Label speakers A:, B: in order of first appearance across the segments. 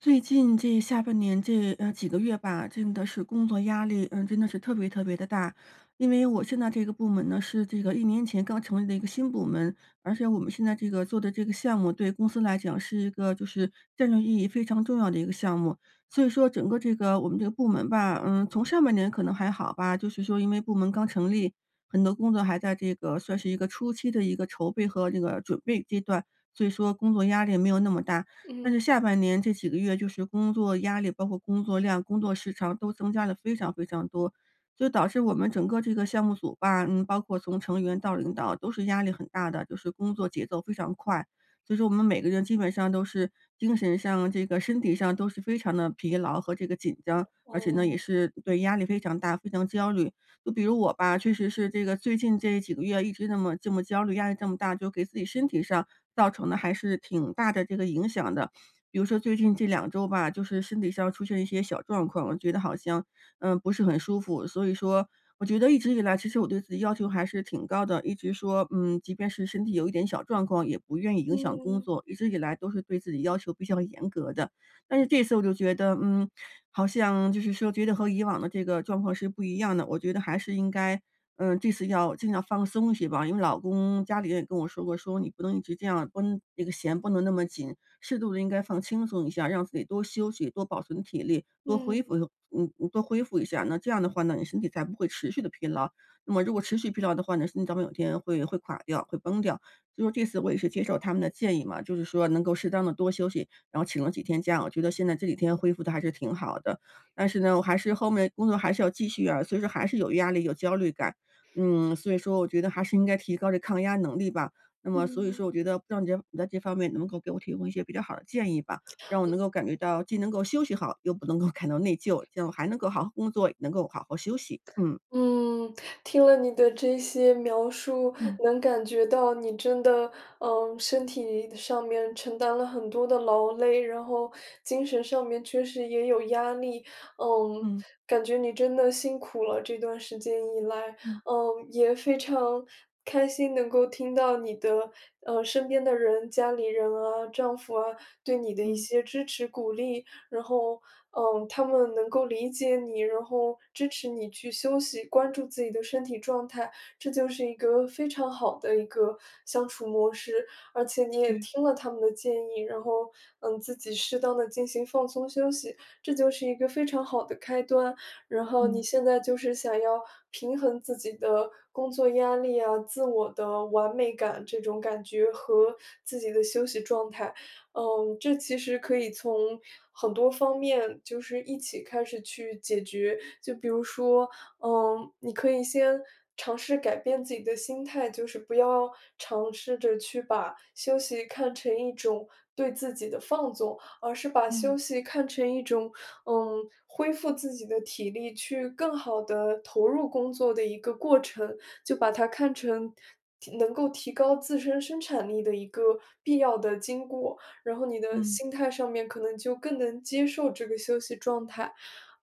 A: 最近这下半年这几个月吧，真的是工作压力，真的是特别特别的大。因为我现在这个部门呢，是这个1年前刚成立的一个新部门，而且我们现在这个做的这个项目，对公司来讲是一个就是战略意义非常重要的一个项目。所以说，整个这个我们这个部门吧，从上半年可能还好吧，就是说因为部门刚成立，很多工作还在这个算是一个初期的一个筹备和这个准备阶段，所以说工作压力没有那么大。但是
B: 嗯，
A: 下半年这几个月就是工作压力，包括工作量、工作时长都增加了非常非常多，就导致我们整个这个项目组吧，包括从成员到领导都是压力很大的，就是工作节奏非常快。所以说我们每个人基本上都是精神上、这个身体上都是非常的疲劳和这个紧张，而且呢也
B: 哦。
A: 是对压力非常大、非常焦虑。就比如我吧，确实是这个最近这几个月一直那么这么焦虑，压力这么大，就给自己身体上造成的还是挺大的这个影响的。比如说最近这两周吧，就是身体上出现一些小状况，我觉得好像，不是很舒服。所以说我觉得一直以来，其实我对自己要求还是挺高的，一直说，即便是身体有一点小状况，也不愿意影响工
B: 嗯，
A: 作，一直以来都是对自己要求比较严格的。但是这次我就觉得，好像就是说觉得和以往的这个状况是不一样的，我觉得还是应该，这次要尽量放松一些吧。因为老公家里人也跟我说过，说你不能一直这样绷那个弦不能那么紧，适度的应该放轻松一下，让自己多休息，多保存体力，多
B: 嗯，
A: 恢复多恢复一下。那这样的话呢，你身体才不会持续的疲劳，那么如果持续疲劳的话呢，身体早晚有一天会垮掉、会崩掉。所以说这次我也是接受他们的建议嘛，就是说能够适当的多休息，然后请了几天假，我觉得现在这几天恢复的还是挺好的。但是呢，我还是后面工作还是要继续啊，所以说还是有压力、有焦虑感。所以说我觉得还是应该提高这抗压能力吧。那么所以
B: 嗯，
A: 说我觉得不知道你在这方面能够给我提供一些比较好的建议吧，让我能够感觉到既能够休息好，又不能够感到内疚，这样我还能够好好工作，也能够好好休息。嗯。
B: 嗯，听了你的这些描述，
A: 嗯
B: 能感觉到你真的，身体上面承担了很多的劳累，然后精神上面确实也有压力，嗯，
A: 嗯
B: 感觉你真的辛苦了这段时间以来。
A: 嗯
B: 也非常开心能够听到你的，身边的人，家里人啊，丈夫啊，对你的一
A: 嗯，
B: 些支持鼓励，然后他们能够理解你，然后支持你去休息，关注自己的身体状态，这就是一个非常好的一个相处模式。而且你也
A: 对，
B: 听了他们的建议，然后自己适当的进行放松休息，这就是一个非常好的开端。然后你
A: 嗯
B: 现在就是想要平衡自己的工作压力啊、自我的完美感这种感觉和自己的休息状态。这其实可以从很多方面，就是一起开始去解决。就比如说，你可以先尝试改变自己的心态，就是不要尝试着去把休息看成一种对自己的放纵，而是把
A: 嗯
B: 休息看成一种，恢复自己的体力，去更好的投入工作的一个过程，就把它看成提能够提高自身生产力的一个必要的经过。然后你的
A: 嗯。
B: 心态上面可能就更能接受这个休息状态。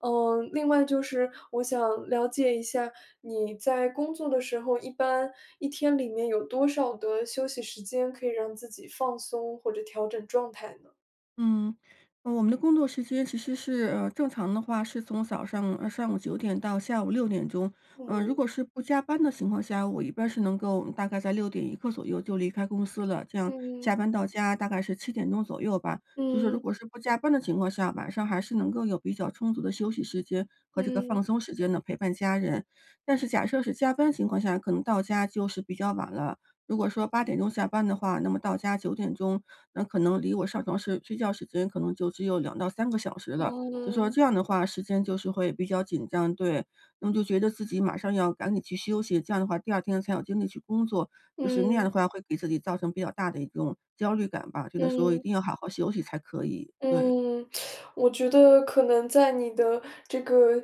B: 另外就是我想了解一下，你在工作的时候，一般一天里面有多少的休息时间可以让自己放松或者调整状态呢？
A: 嗯，我们的工作时间其实是，正常的话是从早上上午九点到下午6点钟。嗯，
B: 嗯
A: 如果是不加班的情况下，我一般是能够大概在6点一刻左右就离开公司了，这样下
B: 嗯
A: 班到家大概是7点钟左右吧。就是如
B: 嗯
A: 果是不加班的情况下，晚上还是能够有比较充足的休息时间和这个
B: 嗯
A: 放松时间呢，陪伴家人。但是假设是加班情况下，可能到家就是比较晚了。如果说8点钟下班的话，那么到家9点钟，那可能离我上床睡觉时间可能就只有2到3个小时了。就说
B: 嗯
A: 这样的话，时间就是会比较紧张，对。那么就觉得自己马上要赶紧去休息，这样的话第二天才有精力去工作，就是那样
B: 嗯
A: 的
B: 嗯
A: 话会给自己造成比较大的一种焦虑感吧，觉得说一
B: 嗯。
A: 定要好好休息才可以，对，
B: 嗯，我觉得可能在你的这个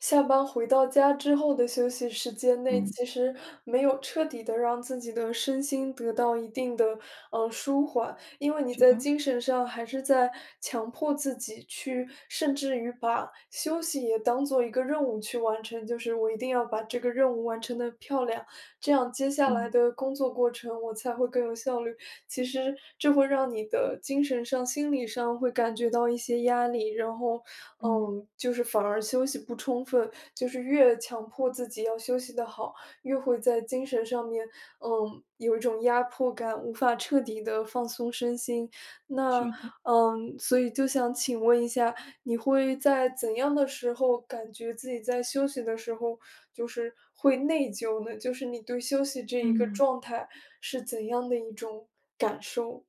B: 下班回到家之后的休息时间内，
A: 嗯，
B: 其实没有彻底的让自己的身心得到一定的舒缓，因为你
A: 是
B: 在
A: 的，
B: 精神上还是在强迫自己去，甚至于把休息也当做一个任务去完成，就是我一定要把这个任务完成的漂亮，这样接下来
A: 对，
B: 的工作过程我才会更有效率。其实这会让你的精神上、心理上会感觉到一些压力，然后，
A: 嗯，
B: 就是反而休息不充分，就是越强迫自己要休息的好，越会在精神上面，有一种压迫感，无法彻底的放松身心。那，
A: 是的，
B: 所以就想请问一下，你会在怎样的时候感觉自己在休息的时候，就是会内疚呢？就是你对休息这一个
A: 嗯。
B: 状态是怎样的一种感受？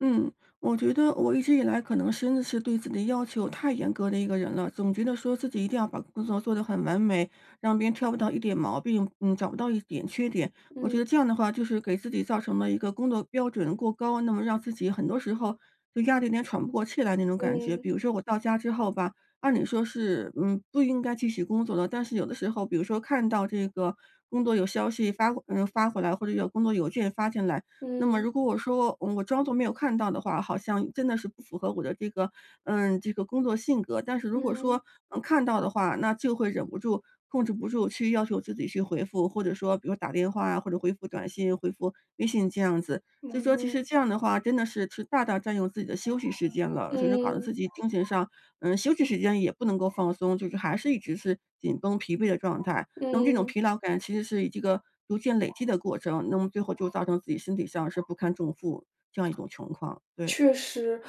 A: 嗯，我觉得我一直以来可能真的是对自己的要求太严格的一个人了，总觉得说自己一定要把工作做得很完美，让别人挑不到一点毛病，找不到一点缺点。我觉得
B: 嗯
A: 这样的话，就是给自己造成了一个工作标准过高，那么让自己很多时候就压得有点喘不过气来那种感觉。
B: 嗯
A: 比如说我到家之后吧，按理说是不应该继续工作的，但是有的时候，比如说看到这个工作有消息发发回来，或者有工作邮件发进来。那么
B: 嗯
A: 如果我说，我装作没有看到的话，好像真的是不符合我的这个，这个工作性格。但是如果说，
B: 嗯
A: 看到的话，那就会忍不住、控制不住去要求自己去回复，或者说比如打电话啊，或者回复短信、回复微信这样子。所以
B: 嗯
A: 说其
B: 嗯
A: 实这样的话，真的是大大占用自己的休息时间了，所以说搞得
B: 嗯
A: 自己精神上，休息时间也不能够放松，就是还是一直是紧绷疲惫的状态。那么这种
B: 嗯。
A: 疲劳感其实是这个逐渐累积的过程，那么最后就造成自己身体上是不堪重负这样一种情况。对，
B: 确实，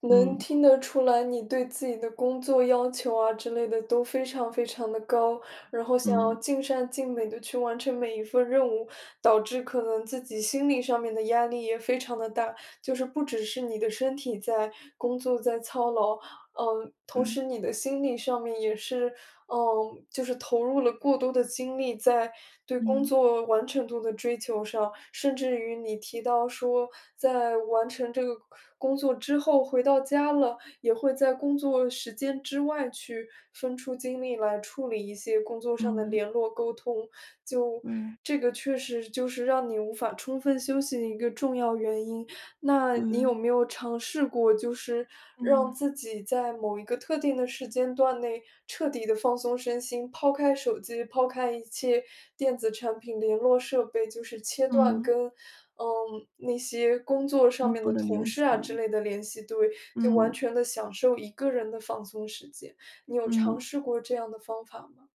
B: 能
A: 嗯，
B: 听得出来你对自己的工作要求啊之类的都非常非常的高，然后想要
A: 嗯，
B: 尽善尽美的去完成每一份任务，导致可能自己心理上面的压力也非常的大。就是不只是你的身体在工作在操劳，
A: 对，
B: 同时你的心理上面也是就是投入了过多的精力在对工
A: 嗯，
B: 作完成度的追求上，甚至于你提到说，在完成这个工作之后回到家了，也会在工作时间之外去分出精力来处理一些工作上的
A: 嗯，
B: 联络沟通，就
A: 对，
B: 这个确实就是让你无法充分休息的一个重要原因。那
A: 对，
B: 你有没有尝试过，就是让
A: 嗯，
B: 自己在某一个特定的时间段内彻底的放松身心，抛开手机，抛开一切电子产品、联络设备，就是切断
A: 嗯，
B: 跟，嗯，那些工作上
A: 工
B: 面
A: 作
B: 的
A: 的
B: 同
A: 联
B: 事
A: 系，
B: 啊之类的联系，对，就完
A: 嗯，
B: 全的享受一个人的放松时间。你有尝
A: 嗯。
B: 试过这样的方法吗？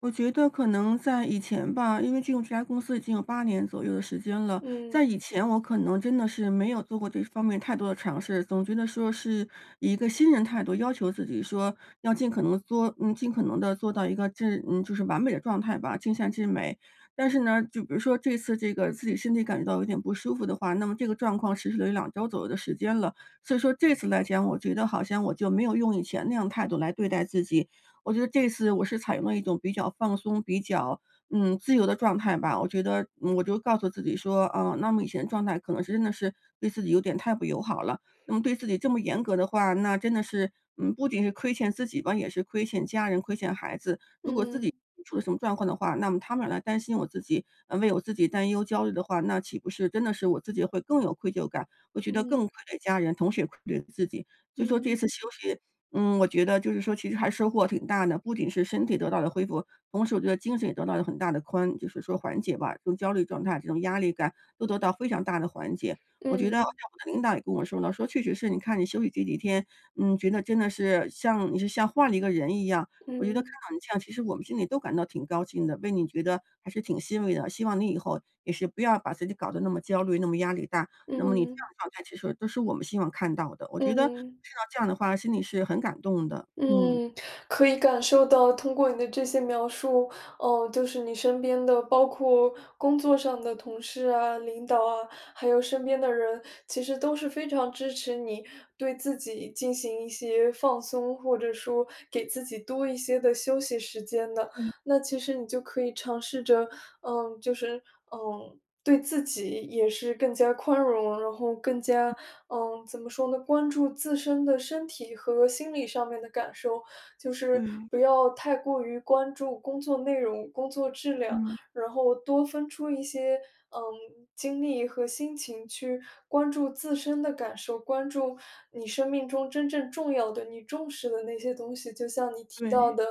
A: 我觉得可能在以前吧，因为进入这家公司已经有8年左右的时间了，
B: 嗯，
A: 在以前我可能真的是没有做过这方面太多的尝试，总觉得说是以一个新人态度要求自己说，要尽可能做尽可能的做到一个就是完美的状态吧，尽善尽美。但是呢，就比如说这次这个自己身体感觉到有点不舒服的话，那么这个状况持续了有两周左右的时间了。所以说这次来讲，我觉得好像我就没有用以前那样态度来对待自己，我觉得这次我是采用了一种比较放松、比较，自由的状态吧。我觉得我就告诉自己说，啊，那么以前的状态可能是真的是对自己有点太不友好了，那么对自己这么严格的话，那真的是，不仅是亏欠自己吧，也是亏欠家人、亏欠孩子。如果自
B: 嗯，
A: 己出了什么状况的话，那么他们来担心我自己，为我自己担忧、焦虑的话，那岂不是真的是我自己会更有愧疚感，我觉得更
B: 嗯，
A: 愧对家人，同时也愧对自己。所以说这
B: 嗯，
A: 次休息我觉得就是说其实还收获挺大的，不仅是身体得到了恢复，同时我觉得精神也得到了很大的宽就是说缓解吧，这种焦虑状态、这种压力感都得到非常大的缓解。我觉得像
B: 嗯，
A: 我的领导也跟我说了，说确实是你看你休息这几天，觉得真的是像你是像换了一个人一样。我觉得看
B: 嗯，
A: 到你这样，其实我们心里都感到挺高兴的，为你觉得还是挺欣慰的。希望你以后也是不要把自己搞得那么焦虑、那么压力大，那么你这
B: 嗯，
A: 样的状态其实都是我们希望看到的，我觉得
B: 嗯嗯。
A: 听到这样的话，心里是很感动的，嗯。
B: 嗯，可以感受到通过你的这些描述，哦，就是你身边的，包括工作上的同事啊、领导啊，还有身边的人，其实都是非常支持你对自己进行一些放松，或者说给自己多一些的休息时间的。那其实你就可以尝试着，就是，嗯。对自己也是更加宽容，然后更加，怎么说呢，关注自身的身体和心理上面的感受，就是
A: 对，
B: 不要太过于关注工作内容、工作质量，
A: 嗯。
B: 然后多分出一些，嗯，精力和心情去关注自身的感受，关注你生命中真正重要的、你重视的那些东西。就像你提到
A: 对，
B: 的，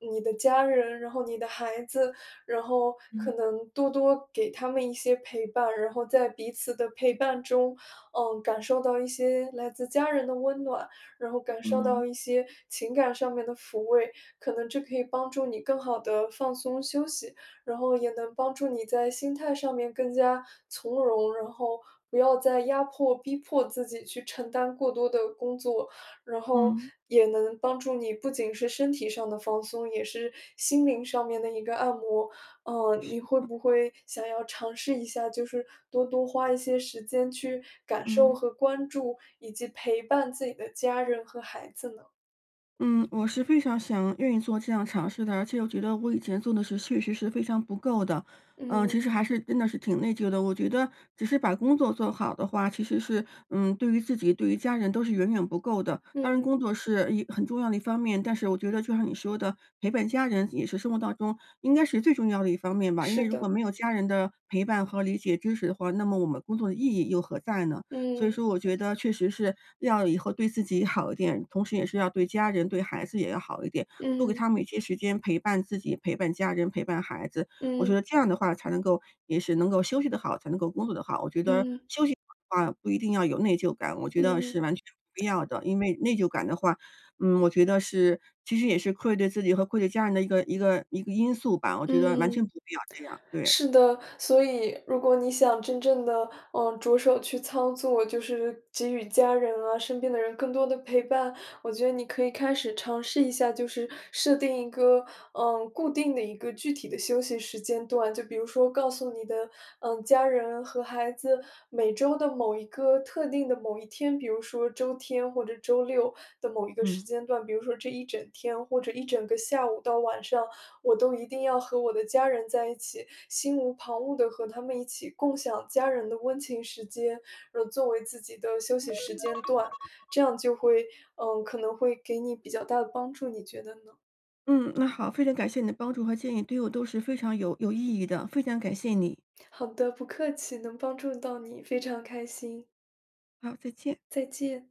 B: 你的家人，然后你的孩子，然后可
A: 嗯，
B: 能多多给他们一些陪伴，然后在彼此的陪伴中，感受到一些来自家人的温暖，然后感受到
A: 嗯，
B: 一些情感上面的抚慰，可能这可以帮助你更好的放松休息，然后也能帮助你在心态上面更加从容，然后不要再压迫、逼迫自己去承担过多的工作，然后
A: 嗯，
B: 也能帮助你不仅是身体上的放松，也是心灵上面的一个按摩，你会不会想要尝试一下，就是多多花一些时间去感受
A: 嗯。
B: 和关注，以及陪伴自己的家人和孩子呢？
A: 嗯，我是非常想愿意做这样尝试的，而且我觉得我以前做的是确实是非常不够的，
B: 嗯
A: 其实还是真的是挺内疚的。我觉得只是把工作做好的话，其实是对于自己、对于家人都是远远不够的。当然，
B: 嗯，
A: 工作是一很重要的一方面，但是我觉得就像你说的，陪伴家人也是生活当中应该是最重要的一方面吧。因为
B: 是
A: 如果
B: 的，
A: 没有家人的陪伴和理解、支持的话，那么我们工作的意义又何在呢？所以说我觉得确实是要以后对自己好一点，同时也是要对家人、对孩子也要好一点，多给
B: 嗯
A: 他们一些时间陪伴自己、陪伴家人、陪伴孩子。我觉
B: 嗯
A: 得这样的话才能够也是能够休息得好，才能够工作得好。我觉得
B: 嗯
A: 休息好的话不一定要有内疚感，我觉
B: 嗯
A: 得
B: 嗯
A: 是完全不必要的。因为内疚感的话，我觉得是其实也是愧对自己和愧对家人的一个因素吧，我觉得完
B: 嗯嗯。
A: 全不必要这样，对，
B: 是的，所以如果你想真正的着手去操作，就是给予家人啊、身边的人更多的陪伴，我觉得你可以开始尝试一下，就是设定一个，固定的一个具体的休息时间段。就比如说告诉你的，家人和孩子每周的某一个特定的某一天，比如说周天或者周六的某一个
A: 嗯。
B: 时间段，比如说这一整天或者一整个下午到晚上，我都一定要和我的家人在一起。心无旁骛的和他们一起共享家人的温情时间，作为自己的休息时间段，这样就会可能会给你比较大的帮助，你觉得呢？
A: 嗯，那好，非常感谢你的帮助和建议，对我都是非常有意义的，非常感谢你。
B: 好的，不客气，能帮助到你，非常开心，
A: 好，再见。
B: 再见。